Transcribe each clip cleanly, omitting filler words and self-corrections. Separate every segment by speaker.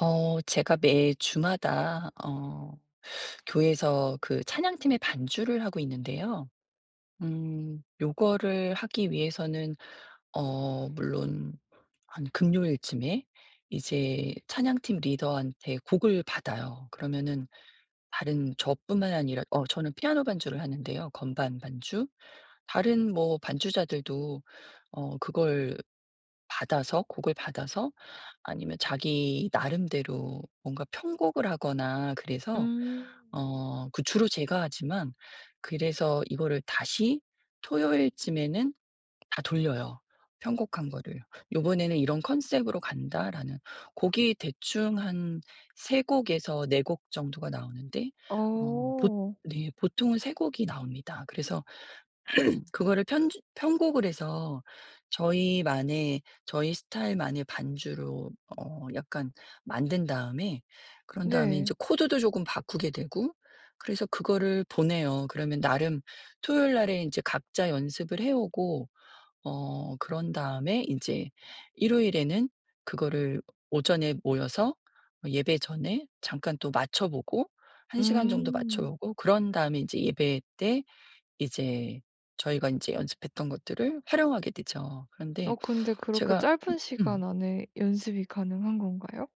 Speaker 1: 제가 매 주마다 교회에서 그 찬양팀의 반주를 하고 있는데요. 음. 요거를 하기 위해서는 물론 한 금요일쯤에 이제 찬양팀 리더한테 곡을 받아요. 그러면은 다른 저뿐만 아니라 저는 피아노 반주를 하는데요. 건반 반주. 다른 뭐 반주자들도 어 그걸 받아서 곡을 받아서 아니면 자기 나름대로 뭔가 편곡을 하거나 그래서
Speaker 2: 음.
Speaker 1: 그 주로 제가 하지만 그래서 이거를 다시 토요일쯤에는 다 돌려요, 편곡한 거를. '요번에는 이런 컨셉으로 간다.'라는 곡이 대충 한 3 곡에서 4곡 정도가 나오는데 어 보
Speaker 2: 어.
Speaker 1: 네, 보통은 3 곡이 나옵니다. 그래서 그거를 편 편곡을 해서 저희만의 저희 스타일만의 반주로 약간 만든 다음에 그런 다음에 이
Speaker 2: 네.
Speaker 1: 제 코드도 조금 바꾸게 되고 그래서 그거를 보내요. 그러면 나름 토요일 날에 이제 각자 연습을 해 오고 그런 다음에 이제 일요일에는 그거를 오전에 모여서 예배 전에 잠깐 또 맞춰 보고 1시간 정도 맞춰
Speaker 2: 음.
Speaker 1: 보고 그런 다음에 이제 예배 때 이제 저희가 이제 연습했던 것들을 활용하게 되죠. 그런데
Speaker 2: 어 근데 그렇게
Speaker 1: 제가
Speaker 2: 짧은 시간
Speaker 1: 음
Speaker 2: 안에 연습이 가능한 건가요?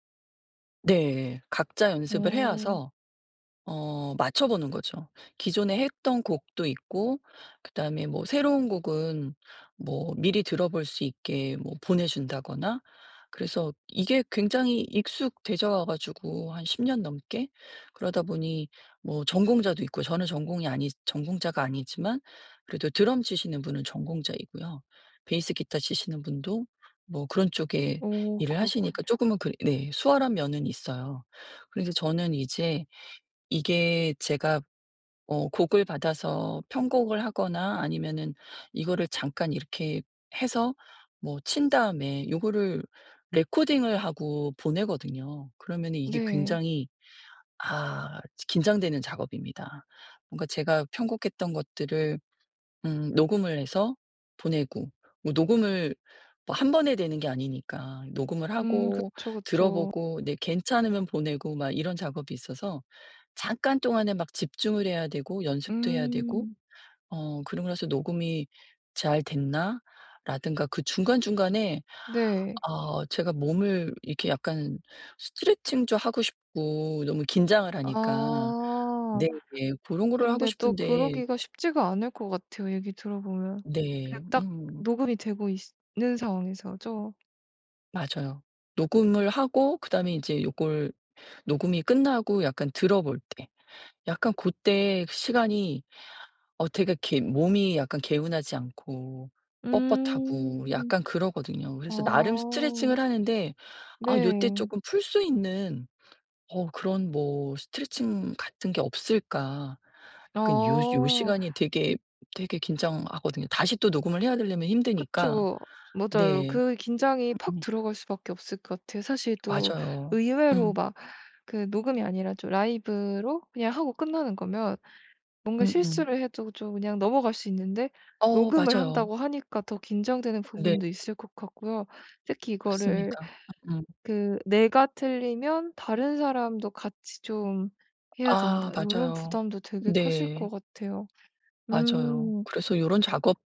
Speaker 1: 네. 각자 연습을
Speaker 2: 오.
Speaker 1: 해와서 맞춰 보는 거죠. 기존에 했던 곡도 있고 그다음에 뭐 새로운 곡은 뭐 미리 들어볼 수 있게 뭐 보내 준다거나 그래서 이게 굉장히 익숙되져 와 가지고 한 10년 넘게 그러다 보니 뭐 전공자도 있고 저는 전공이 아니 전공자가 아니지만 그래도 드럼 치시는 분은 전공자이고요. 베이스 기타 치시는 분도 뭐 그런 쪽에
Speaker 2: 오
Speaker 1: 일을 하시니까 조
Speaker 2: 그렇군요.
Speaker 1: 금은 그네 수월한 면은 있어요. 그래서 저는 이제 이게 제가 곡을 받아서 편곡을 하거나 아니면은 이거를 잠깐 이렇게 해서 뭐 친 다음에 이거를 레코딩을 하고 보내거든요. 그러면 이게
Speaker 2: 네.
Speaker 1: 굉장히 아 긴장되는 작업입니다. 뭔가 제가 편곡했던 것들을 녹음을 해서 보내고 뭐 녹음을 뭐 한 번에 되는 게 아니니까 녹음을 하고
Speaker 2: 그쵸, 그쵸.
Speaker 1: 들어보고 네 괜찮으면 보내고 막 이런 작업이 있어서 잠깐 동안에 막 집중을 해야 되고 연습도 해야 되고
Speaker 2: 음.
Speaker 1: 그러고 나서 '녹음이 잘 됐나?' 라든가 그 중간중간에
Speaker 2: 네.
Speaker 1: 제가 몸을 이렇게 약간 스트레칭도 하고 싶고 너무 긴장을 하니까 네
Speaker 2: 아.
Speaker 1: 그런 거를 하고
Speaker 2: 근데 또
Speaker 1: 싶은데
Speaker 2: 그러기가 쉽지가 않을 것 같아요, 얘기 들어보면. 그
Speaker 1: 네.
Speaker 2: 딱
Speaker 1: 음.
Speaker 2: 녹음이 되고 있는 상황에서죠?
Speaker 1: 맞아요. 녹음을 하고 그다음에 인제 요걸 녹음이 끝나고 약간 들어볼 때 약간 고때 시간이 되게 개 몸이 약간 개운하지 않고 뻣뻣하고
Speaker 2: 음.
Speaker 1: 약간 그러거든요. 그래서 나름
Speaker 2: 아.
Speaker 1: 스트레칭을 하는데 요때
Speaker 2: 네.
Speaker 1: 쪼끔 풀 수 있는 그런 뭐 '스트레칭 같은 게 없을까?' 약간 요
Speaker 2: 아.
Speaker 1: 시간이 되게, 되게 긴장하거든요. 다시 또 녹음을 해야 되려면 힘드니까.
Speaker 2: 그쵸. 맞아요.
Speaker 1: 네.
Speaker 2: 그 긴장이 팍
Speaker 1: 음음.
Speaker 2: 들어갈 수밖에 없을 것 같아요. 사실 또
Speaker 1: 맞아요.
Speaker 2: 의외로
Speaker 1: 음.
Speaker 2: 막 그 녹음이 아니라 좀 라이브로 그냥 하고 끝나는 거면 뭔가
Speaker 1: 음음.
Speaker 2: 실수를 해도 좀 그냥 넘어갈 수 있는데,
Speaker 1: 어
Speaker 2: 녹음을
Speaker 1: 맞아요.
Speaker 2: 한다고 하니까 더 긴장되는
Speaker 1: 네
Speaker 2: 부분도 있을 것 같고요. 특히 이거를
Speaker 1: 맞습니다. 음음.
Speaker 2: 그 '내가 틀리면 다른 사람도 같이 좀 해야
Speaker 1: 아
Speaker 2: 된다.' 이런
Speaker 1: 맞아요.
Speaker 2: 부담도 되게 크실 것
Speaker 1: 네
Speaker 2: 같아요.
Speaker 1: 맞아요.
Speaker 2: 음.
Speaker 1: 그래서 요런 작업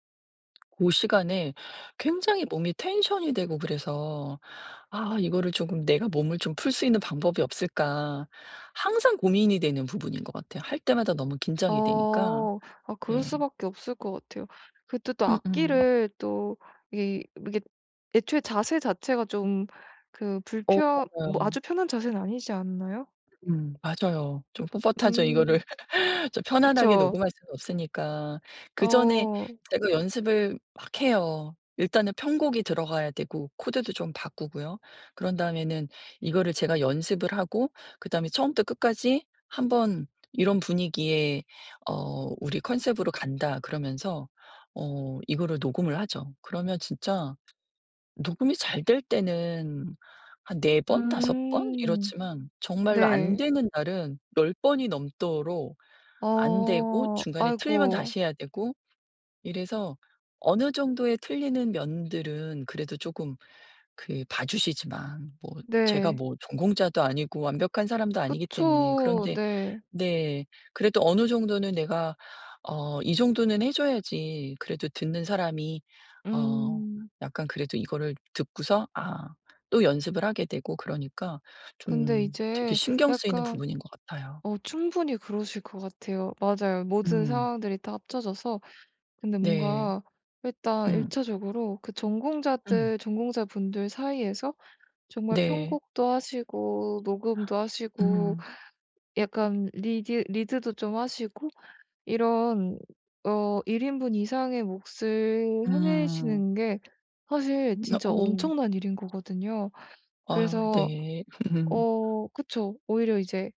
Speaker 1: 고 시간에 굉장히 몸이 텐션이 되고 그래서 이거를 조금 내가 몸을 좀 풀 수 있는 방법이 없을까.' 항상 고민이 되는 부분인 것 같아요. 할 때마다 너무 긴장이 되니까.
Speaker 2: 어. 아 그럴
Speaker 1: 네.
Speaker 2: 수밖에 없을 것 같아요. 그때 또
Speaker 1: 음음.
Speaker 2: 악기를 또 이 이게 애초에 자세 자체가 좀 그
Speaker 1: 어
Speaker 2: 불편
Speaker 1: 맞아요.
Speaker 2: 뭐 아주 편한 자세는 아니지 않나요?
Speaker 1: 음. 맞아요. 좀 뻣뻣하죠 이거를.
Speaker 2: 음.
Speaker 1: 그쵸. 편안하게
Speaker 2: 그쵸.
Speaker 1: 녹음할 수는 없으니까. 그전에
Speaker 2: 어.
Speaker 1: 제가 연습을 막 해요. 일단은 편곡이 들어가야 되고 코드도 좀 바꾸고요. 그런 다음에는 이거를 제가 연습을 하고 그다음에 처음부터 끝까지 한번 이런 분위기에 '우리 컨셉으로 간다.' 그러면서 이거를 녹음을 하죠. 그러면 진짜 녹음이 잘 될 때는 한 4번, 5번
Speaker 2: 음.
Speaker 1: 이렇지만 정말로 안
Speaker 2: 네.
Speaker 1: 되는 날은 열 번이 넘도록 안 되고
Speaker 2: 어.
Speaker 1: 중간에 틀리면
Speaker 2: 아이고.
Speaker 1: 다시 해야 되고 이래서 어느 정도의 틀리는 면들은 그래도 조금 그 봐 주시지만 뭐 제가
Speaker 2: 네.
Speaker 1: 뭐 전공자도 아니고 완벽한 사람도 아니기 때문에
Speaker 2: 그쵸.
Speaker 1: 그런데
Speaker 2: 네.
Speaker 1: 네 그래도 어느 정도는 내가 이 정도는 해 줘야지 그래도 듣는 사람이 어
Speaker 2: 음.
Speaker 1: 약간 그래도 이거를 듣고서 또 연습을 하게 되고 그러니까
Speaker 2: 근데
Speaker 1: 좀 되게
Speaker 2: 이제
Speaker 1: 신경 쓰이는
Speaker 2: 약간
Speaker 1: 부분인 것 같아요.
Speaker 2: 어 충분히 그러실 것 같아요. 맞아요. 모든
Speaker 1: 음.
Speaker 2: 상황들이 다 합쳐져서, 근데
Speaker 1: 네.
Speaker 2: 뭔가 일단 1
Speaker 1: 음.
Speaker 2: 적으로 그
Speaker 1: 음.
Speaker 2: 전공자들 전공자분들 사이에서 정말
Speaker 1: 네.
Speaker 2: 편곡도 하시고 녹음도 하시고
Speaker 1: 음.
Speaker 2: 약간 리디 리드도 좀 하시고, 이런 어 1 인분 이상의 몫을
Speaker 1: 음.
Speaker 2: 해내시는 게 사실 진짜
Speaker 1: 어.
Speaker 2: 엄청난 일인 거거든요.
Speaker 1: 아
Speaker 2: 그래서
Speaker 1: 네. 음.
Speaker 2: 어 그쵸. 오히려 이제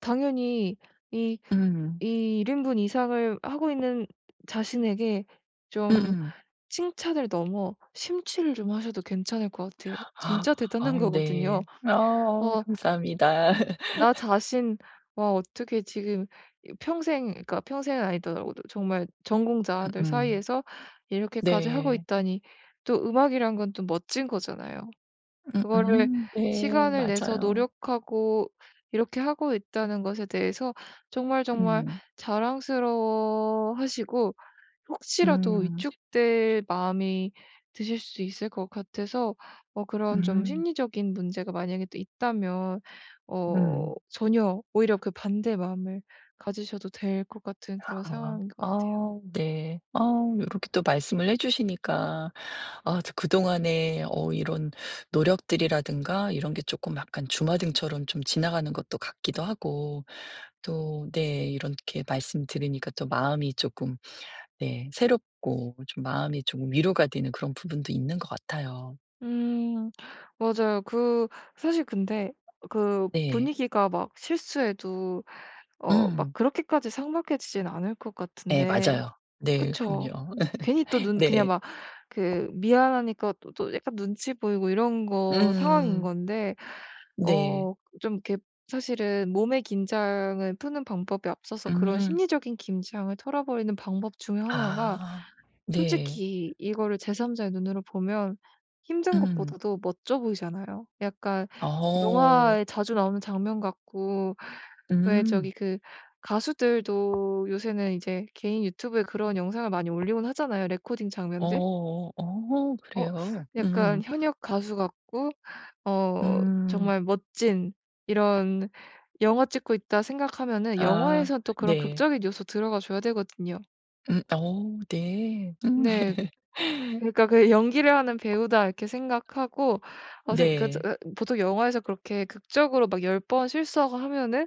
Speaker 2: 당연히 이
Speaker 1: 음.
Speaker 2: 이 1 인분 이상을 하고 있는 자신에게 좀
Speaker 1: 음음.
Speaker 2: 칭찬을 넘어 심취를 좀 하셔도 괜찮을 것 같아요.
Speaker 1: 아.
Speaker 2: 진짜 대단한
Speaker 1: 아우
Speaker 2: 거거든요.
Speaker 1: 네. 아
Speaker 2: 어
Speaker 1: 감사합니다.
Speaker 2: 나 자신, 와 어떻게 지금 이 평생, 그러니까 평생은 아니더라고도 정말 전공자들
Speaker 1: 음음.
Speaker 2: 사이에서 이렇게까지 하고
Speaker 1: 네.
Speaker 2: 있다니. 또 음악이란 건 또 멋진 거잖아요. 그거를
Speaker 1: 음음. 네.
Speaker 2: 시간을 내서
Speaker 1: 맞아요.
Speaker 2: 노력하고 이렇게 하고 있다는 것에 대해서 정말 정말
Speaker 1: 음.
Speaker 2: 자랑스러워하시고, 혹시라도
Speaker 1: 음.
Speaker 2: 위축될 마음이 드실 수 있을 것 같아서, 어 그런 좀
Speaker 1: 음.
Speaker 2: 심리적인 문제가 만약에 또 있다면
Speaker 1: 음.
Speaker 2: 어 전혀 오히려 그 반대 마음을 가지셔도 될 것 같은, 그런
Speaker 1: 아.
Speaker 2: 상황인 것 같아요.
Speaker 1: 아 네. 아 요렇게 또 말씀을 해 주시니까 아 저 그동안에 이런 노력들이라든가 이런 게 쪼끔 약간 주마등처럼 좀 지나가는 것도 같기도 하고 또 네 이렇게 말씀 들으니까 또 마음이 조금 네 새롭고 좀 마음이 조금 위로가 되는 그런 부분도 있는 것 같아요.
Speaker 2: 음. 맞아요. 그 사실 근데 그
Speaker 1: 네.
Speaker 2: 분위기가 막 실수해도 어 막
Speaker 1: 음.
Speaker 2: 그렇게까지 삭막해지진 않을 것
Speaker 1: 예
Speaker 2: 같은데.
Speaker 1: 맞아요. 네
Speaker 2: 그쵸.
Speaker 1: 그럼요.
Speaker 2: 괜히 또 눈 그냥
Speaker 1: 네.
Speaker 2: 막 그 미안하니까 또 약간 눈치 보이고 이런 거 상황인
Speaker 1: 음.
Speaker 2: 건데,
Speaker 1: 네.
Speaker 2: 어 좀 이렇게 사실은 몸의 긴장을 푸는 방법에 앞서서 그런
Speaker 1: 음.
Speaker 2: 심리적인 긴장을 털어버리는 방법 중에 하나가,
Speaker 1: 아. 네.
Speaker 2: 솔직히 이거를 제3자의 눈으로 보면 힘든
Speaker 1: 음.
Speaker 2: 것보다도 멋져 보이잖아요. 약간
Speaker 1: 어.
Speaker 2: 영화에 자주 나오는 장면 같고, 왜
Speaker 1: 음.
Speaker 2: 저기 그 가수들도 요새는 이제 개인 유튜브에 그런 영상을 많이 올리곤 하잖아요, 레코딩 장면들.
Speaker 1: 어어. 어 어,
Speaker 2: 어
Speaker 1: 그래요? 음.
Speaker 2: 약간 현역 가수 같고, 어
Speaker 1: 음.
Speaker 2: 정말 멋진 이런, '영화 찍고 있다.' 생각하면은
Speaker 1: 아
Speaker 2: 영화에선 또 그런
Speaker 1: 네.
Speaker 2: 극적인 요소 들어가 줘야 되거든요.
Speaker 1: 음. 어 네. 음.
Speaker 2: 네. 그러니까 그 '연기를 하는 배우다.' 이렇게 생각하고, 어 생 그 저
Speaker 1: 네.
Speaker 2: 보통 영화에서 그렇게 극적으로 막 10번 실수하고 하면은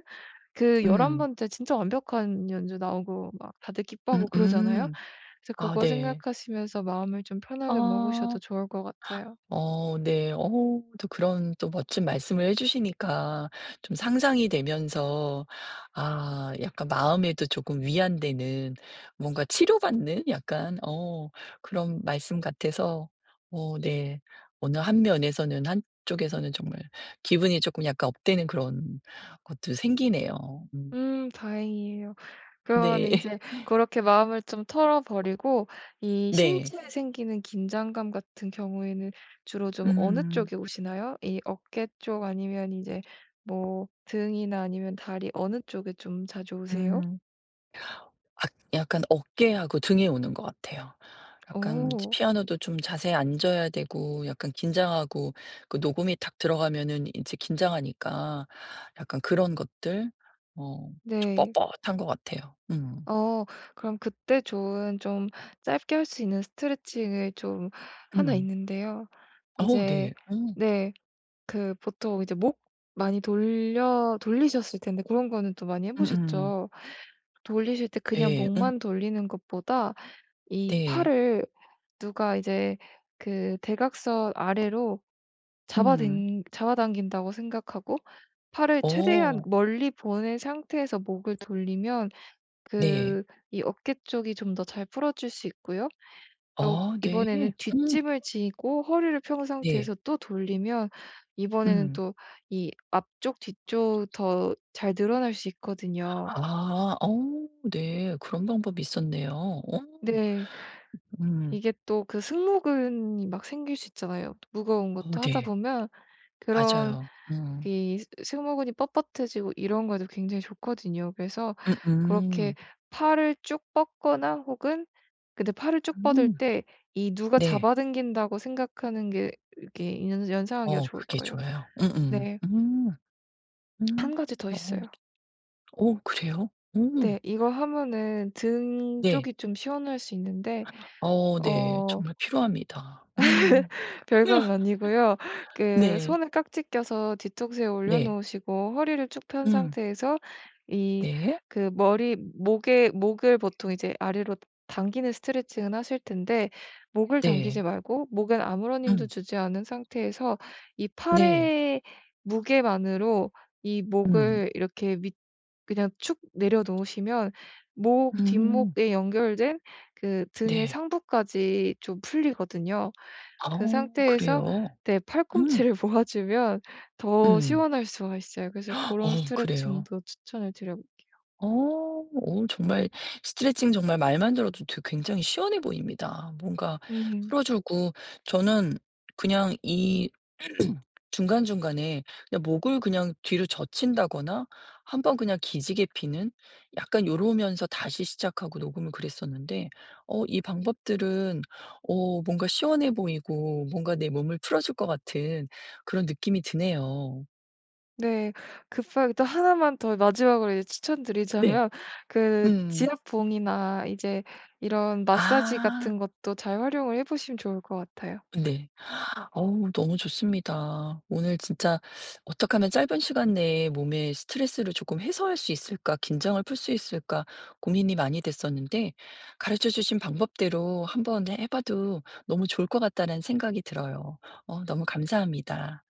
Speaker 2: 그 열한
Speaker 1: 음.
Speaker 2: 번째 진짜 완벽한 연주 나오고 막 다들 기뻐하고 그러잖아요.
Speaker 1: 음음.
Speaker 2: 그래서
Speaker 1: 아
Speaker 2: 그거
Speaker 1: 네.
Speaker 2: 생각하시면서 마음을 좀 편하게 먹으셔도
Speaker 1: 아.
Speaker 2: 좋을 것 같아요.
Speaker 1: 어 네. 또 그런 또 멋진 말씀을 해 주시니까 좀 상상이 되면서 약간 마음에도 조금 위안되는 뭔가 치료받는 약간 그런 말씀 같아서 어 네. 어느 한 면에서는 한쪽에서는 정말 기분이 조금 약간 업되는 그런 것도 생기네요. 음.
Speaker 2: 다행이에요. 그러면
Speaker 1: 네.
Speaker 2: 이제 그렇게 마음을 좀 털어버리고, 이
Speaker 1: 네.
Speaker 2: 신체에 생기는 긴장감 같은 경우에는 주로 좀 어느
Speaker 1: 음.
Speaker 2: 쪽에 오시나요? 이 어깨 쪽 아니면 이제 뭐 등이나 아니면 다리, 어느 쪽에 좀 자주 오세요?
Speaker 1: 음. 아 약간 어깨하고 등에 오는 것 같아요. 약간 이제
Speaker 2: 오.
Speaker 1: 피아노도 좀 자세히 앉아야 되고 약간 긴장하고 그 녹음이 탁 들어가면은 이제 긴장하니까 약간 그런 것들 어 좀
Speaker 2: 네.
Speaker 1: 뻣뻣한 것 같아요. 음.
Speaker 2: 어 그럼 그때 좋은 좀 짧게 할 수 있는 스트레칭을 좀나
Speaker 1: 음.
Speaker 2: 있는데요.
Speaker 1: 어 네.
Speaker 2: 이제
Speaker 1: 음.
Speaker 2: 네 그 보통 이제 목 많이 돌려 돌리셨을 텐데 그런 거는 또 많이 해
Speaker 1: 음음.
Speaker 2: 보셨죠? 돌리실 때 그냥
Speaker 1: 네.
Speaker 2: 목만 돌리는 것보다 이
Speaker 1: 네.
Speaker 2: 팔을 누가 이제 그 대각선 아래로
Speaker 1: 음.
Speaker 2: 잡아당긴다고 생각하고, 팔을 최대한
Speaker 1: 어
Speaker 2: 멀리 보낸 상태에서 목을 돌리면
Speaker 1: 네.
Speaker 2: 그 이 어깨 쪽이 좀 더 잘 풀어질 수 있고요. 또
Speaker 1: 아 네.
Speaker 2: 이번에는
Speaker 1: 음
Speaker 2: 뒷짐을 지고 허리를 펴은
Speaker 1: 네.
Speaker 2: 상태에서 또 돌리면, 이번에는
Speaker 1: 음.
Speaker 2: 또 이 앞쪽 뒤쪽 더 잘 늘어날 수 있거든요.
Speaker 1: 아 어 네. 그런 방법이 있었네요. 어.
Speaker 2: 네.
Speaker 1: 음.
Speaker 2: 이게 또 그 승모근이 막 생길 수 있잖아요, 무거운
Speaker 1: 어
Speaker 2: 것도 하다
Speaker 1: 네.
Speaker 2: 보면. 그런
Speaker 1: 맞아요. 음.
Speaker 2: 이 승모근이 뻣뻣해지고 이런 거에도 굉장히 좋거든요. 그래서
Speaker 1: 음음.
Speaker 2: 그렇게 팔을 쭉 뻗거나 혹은, 근데 팔을 쭉 뻗을
Speaker 1: 음.
Speaker 2: 때 이 누가
Speaker 1: 네.
Speaker 2: 잡아당긴다고 생각하는 게 이게 연 연상하기가
Speaker 1: 어
Speaker 2: 좋을
Speaker 1: 그게
Speaker 2: 거예요.
Speaker 1: 좋아요. 음음.
Speaker 2: 네.
Speaker 1: 음. 음.
Speaker 2: 한 가지 더
Speaker 1: 어
Speaker 2: 있어요.
Speaker 1: 어 그래요? 음.
Speaker 2: 네. 이거 하면은 등
Speaker 1: 네.
Speaker 2: 쪽이 좀 시원할 수 있는데,
Speaker 1: 어 네.
Speaker 2: 어
Speaker 1: 정말 필요합니다. 음.
Speaker 2: 별건 아니고요. 그
Speaker 1: 네.
Speaker 2: 손을 깍지 껴서 뒤통수에
Speaker 1: 네.
Speaker 2: 올려놓으시고 허리를 쭉 편
Speaker 1: 음.
Speaker 2: 상태에서, 이
Speaker 1: 네.
Speaker 2: 그 머리 목에, 목을 보통 이제 아래로 당기는 스트레칭은 하실 텐데, 목을 당기지
Speaker 1: 네.
Speaker 2: 말고 목엔 아무런 힘도
Speaker 1: 음.
Speaker 2: 주지 않은 상태에서 이
Speaker 1: 네.
Speaker 2: 팔의 무게만으로 이
Speaker 1: 음.
Speaker 2: 목을 이렇게 밑, 그냥 축 내려놓으시면 목,
Speaker 1: 음.
Speaker 2: 뒷목에 연결된 그 등의
Speaker 1: 네.
Speaker 2: 상부까지 좀 풀리거든요.
Speaker 1: 아
Speaker 2: 그 상태에서
Speaker 1: 그래요?
Speaker 2: 네
Speaker 1: 음.
Speaker 2: 팔꿈치를 모아 주면 더
Speaker 1: 음.
Speaker 2: 시원할 수가 있어요. 그래서 그
Speaker 1: 어
Speaker 2: 런
Speaker 1: 그래요.
Speaker 2: 스트레칭도 추천을 드려.
Speaker 1: 어. 오 정말 스트레칭 정말 말만 들어도 되 굉장히 시원해 보입니다. 뭔가
Speaker 2: 음.
Speaker 1: 풀어 주고 저는 그냥 이 중간중간에 그냥 목을 그냥 뒤로 젖힌다거나 한번 그냥 기지개 피는 약간 요러면서 다시 시작하고 녹음을 그랬었는데 이 방법들은 뭔가 시원해 보이고 뭔가 내 몸을 풀어 줄 것 같은 그런 느낌이 드네요.
Speaker 2: 네. 급하게 또 하나만 더 마지막으로 이제
Speaker 1: 네.
Speaker 2: 추천드리자면 그
Speaker 1: 음.
Speaker 2: 지압봉이나 이제 이런 마사지
Speaker 1: 아.
Speaker 2: 같은 것도 잘 활용을 해 보시면 좋을 것 같아요.
Speaker 1: 네. 어우 너무 좋습니다. 오늘 진짜 어떻게 하면 짧은 시간 내에 몸의 스트레스를 조금 해소할 수 있을까, 긴장을 풀 수 있을까 고민이 많이 됐었는데 가르쳐 주신 방법대로 한번 해 봐도 너무 좋을 것 같다는 생각이 들어요. 너무 감사합니다.